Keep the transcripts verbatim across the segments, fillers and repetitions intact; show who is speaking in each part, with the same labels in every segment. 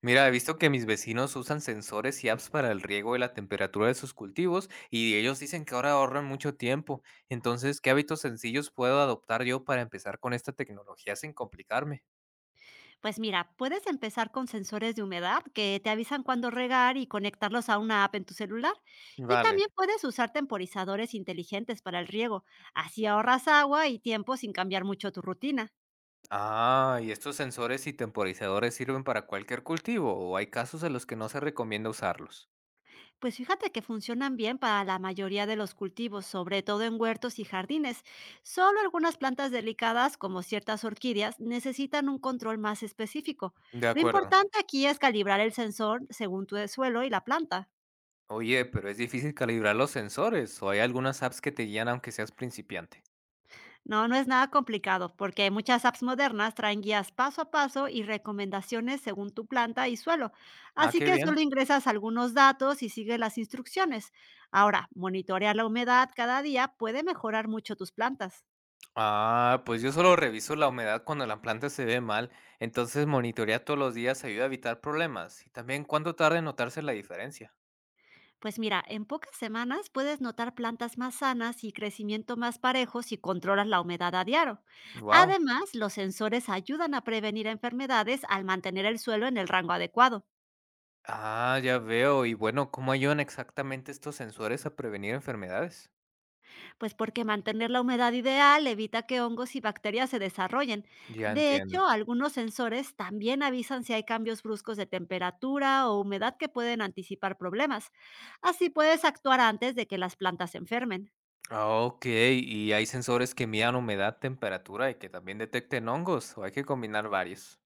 Speaker 1: Mira, he visto que mis vecinos usan sensores y apps para el riego y la temperatura de sus cultivos y ellos dicen que ahora ahorran mucho tiempo. Entonces, ¿qué hábitos sencillos puedo adoptar yo para empezar con esta tecnología sin complicarme?
Speaker 2: Pues mira, puedes empezar con sensores de humedad que te avisan cuándo regar y conectarlos a una app en tu celular. Y
Speaker 1: Vale.
Speaker 2: también puedes usar temporizadores inteligentes para el riego. Así ahorras agua y tiempo sin cambiar mucho tu rutina.
Speaker 1: Ah, ¿y estos sensores y temporizadores sirven para cualquier cultivo o hay casos en los que no se recomienda usarlos?
Speaker 2: Pues fíjate que funcionan bien para la mayoría de los cultivos, sobre todo en huertos y jardines. Solo algunas plantas delicadas, como ciertas orquídeas, necesitan un control más específico.
Speaker 1: De
Speaker 2: Lo
Speaker 1: acuerdo.
Speaker 2: importante aquí es calibrar el sensor según tu suelo y la planta.
Speaker 1: Oye, pero es difícil calibrar los sensores o hay algunas apps que te guían aunque seas principiante.
Speaker 2: No, no es nada complicado, porque muchas apps modernas traen guías paso a paso y recomendaciones según tu planta y suelo.
Speaker 1: Ah,
Speaker 2: Así
Speaker 1: qué
Speaker 2: que
Speaker 1: bien.
Speaker 2: solo ingresas algunos datos y sigues las instrucciones. Ahora, monitorear la humedad cada día puede mejorar mucho tus plantas.
Speaker 1: Ah, pues yo solo reviso la humedad cuando la planta se ve mal, entonces monitorear todos los días ayuda a evitar problemas. Y también cuánto tarda en notarse la diferencia.
Speaker 2: Pues mira, en pocas semanas puedes notar plantas más sanas y crecimiento más parejo si controlas la humedad a diario.
Speaker 1: Wow.
Speaker 2: Además, los sensores ayudan a prevenir enfermedades al mantener el suelo en el rango adecuado.
Speaker 1: Ah, ya veo. Y bueno, ¿cómo ayudan exactamente estos sensores a prevenir enfermedades?
Speaker 2: Pues porque mantener la humedad ideal evita que hongos y bacterias se desarrollen.
Speaker 1: Ya
Speaker 2: De
Speaker 1: entiendo.
Speaker 2: hecho, algunos sensores también avisan si hay cambios bruscos de temperatura o humedad que pueden anticipar problemas. Así puedes actuar antes de que las plantas se enfermen.
Speaker 1: Ah, ok, ¿y hay sensores que midan humedad, temperatura y que también detecten hongos? ¿O hay que combinar varios?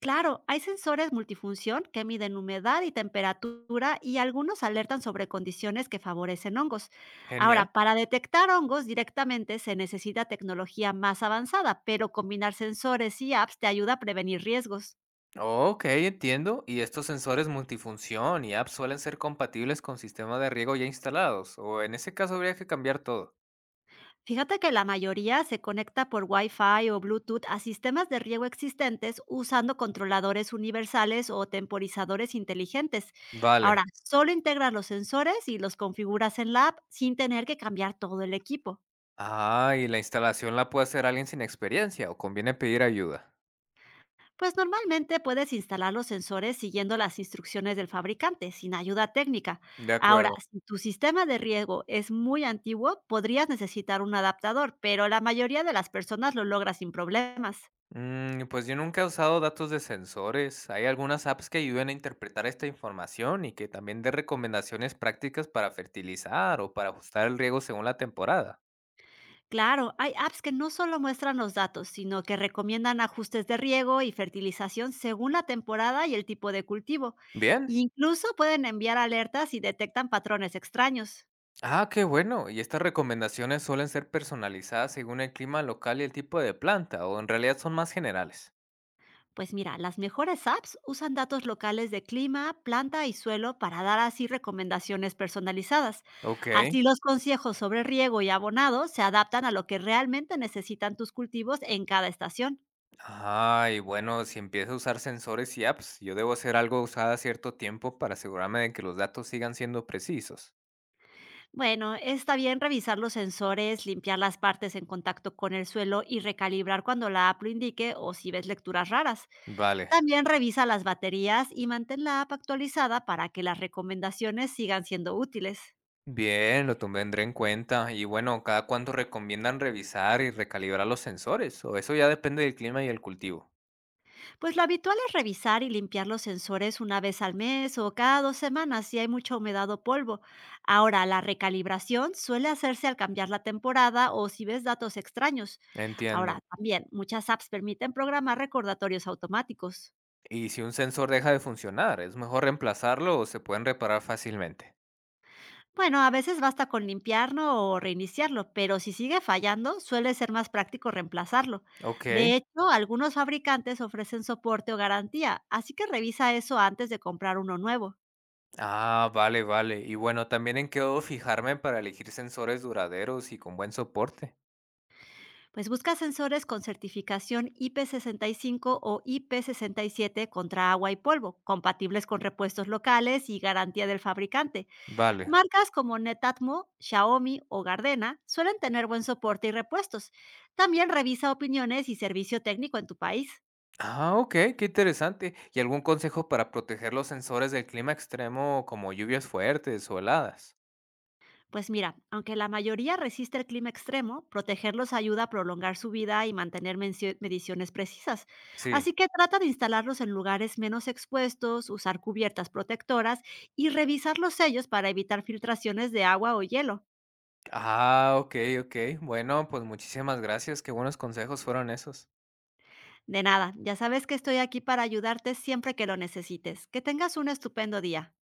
Speaker 2: Claro, hay sensores multifunción que miden humedad y temperatura y algunos alertan sobre condiciones que favorecen hongos.
Speaker 1: Genial.
Speaker 2: Ahora, para detectar hongos directamente se necesita tecnología más avanzada, pero combinar sensores y apps te ayuda a prevenir riesgos.
Speaker 1: Ok, entiendo. ¿Y estos sensores multifunción y apps suelen ser compatibles con sistemas de riego ya instalados? ¿O en ese caso habría que cambiar todo?
Speaker 2: Fíjate que la mayoría se conecta por Wi-Fi o Bluetooth a sistemas de riego existentes usando controladores universales o temporizadores inteligentes. Ahora,
Speaker 1: Vale.
Speaker 2: solo integras los sensores y los configuras en la app sin tener que cambiar todo el equipo.
Speaker 1: Ah, ¿y la instalación la puede hacer alguien sin experiencia o conviene pedir ayuda?
Speaker 2: Pues normalmente puedes instalar los sensores siguiendo las instrucciones del fabricante, sin ayuda técnica.
Speaker 1: De
Speaker 2: Ahora,
Speaker 1: acuerdo.
Speaker 2: si tu sistema de riego es muy antiguo, podrías necesitar un adaptador, pero la mayoría de las personas lo logra sin problemas.
Speaker 1: Mm, pues yo nunca he usado datos de sensores. Hay algunas apps que ayudan a interpretar esta información y que también den recomendaciones prácticas para fertilizar o para ajustar el riego según la temporada.
Speaker 2: Claro, hay apps que no solo muestran los datos, sino que recomiendan ajustes de riego y fertilización según la temporada y el tipo de cultivo.
Speaker 1: Bien,
Speaker 2: Incluso pueden enviar alertas si detectan patrones extraños.
Speaker 1: ah, qué bueno. ¿Y estas recomendaciones suelen ser personalizadas según el clima local y el tipo de planta, o en realidad son más generales?
Speaker 2: Pues mira, las mejores apps usan datos locales de clima, planta y suelo para dar así recomendaciones personalizadas.
Speaker 1: Ok.
Speaker 2: Así los consejos sobre riego y abonado se adaptan a lo que realmente necesitan tus cultivos en cada estación.
Speaker 1: Ah, y bueno, si empiezo a usar sensores y apps, yo debo hacer algo usada a cierto tiempo para asegurarme de que los datos sigan siendo precisos.
Speaker 2: Bueno, está bien revisar los sensores, limpiar las partes en contacto con el suelo y recalibrar cuando la app lo indique o si ves lecturas raras.
Speaker 1: Vale.
Speaker 2: También revisa las baterías y mantén la app actualizada para que las recomendaciones sigan siendo útiles.
Speaker 1: Bien, lo tendré en cuenta. Y bueno, ¿cada cuánto recomiendan revisar y recalibrar los sensores? O eso ya depende del clima y el cultivo.
Speaker 2: Pues lo habitual es revisar y limpiar los sensores una vez al mes o cada dos semanas si hay mucha humedad o polvo. Ahora, la recalibración suele hacerse al cambiar la temporada o si ves datos extraños.
Speaker 1: Entiendo.
Speaker 2: Ahora, también muchas apps permiten programar recordatorios automáticos.
Speaker 1: ¿Y si un sensor deja de funcionar, es mejor reemplazarlo o se pueden reparar fácilmente?
Speaker 2: Bueno, a veces basta con limpiarlo o reiniciarlo, pero si sigue fallando, suele ser más práctico reemplazarlo.
Speaker 1: Okey.
Speaker 2: De hecho, algunos fabricantes ofrecen soporte o garantía, así que revisa eso antes de comprar uno nuevo.
Speaker 1: Ah, vale, vale. Y bueno, también en qué debo fijarme para elegir sensores duraderos y con buen soporte.
Speaker 2: Pues busca sensores con certificación I P cinco o I P siete contra agua y polvo, compatibles con repuestos locales y garantía del fabricante.
Speaker 1: Vale.
Speaker 2: Marcas como Netatmo, Xiaomi o Gardena suelen tener buen soporte y repuestos. También revisa opiniones y servicio técnico en tu país.
Speaker 1: Ah, okey, qué interesante. ¿Y algún consejo para proteger los sensores del clima extremo como lluvias fuertes o heladas?
Speaker 2: Pues mira, aunque la mayoría resiste el clima extremo, protegerlos ayuda a prolongar su vida y mantener mencio- mediciones precisas.
Speaker 1: Sí.
Speaker 2: Así que trata de instalarlos en lugares menos expuestos, usar cubiertas protectoras y revisar los sellos para evitar filtraciones de agua o hielo.
Speaker 1: Ah, okey, okey. Bueno, pues muchísimas gracias. Qué buenos consejos fueron esos.
Speaker 2: De nada, ya sabes que estoy aquí para ayudarte siempre que lo necesites. Que tengas un estupendo día.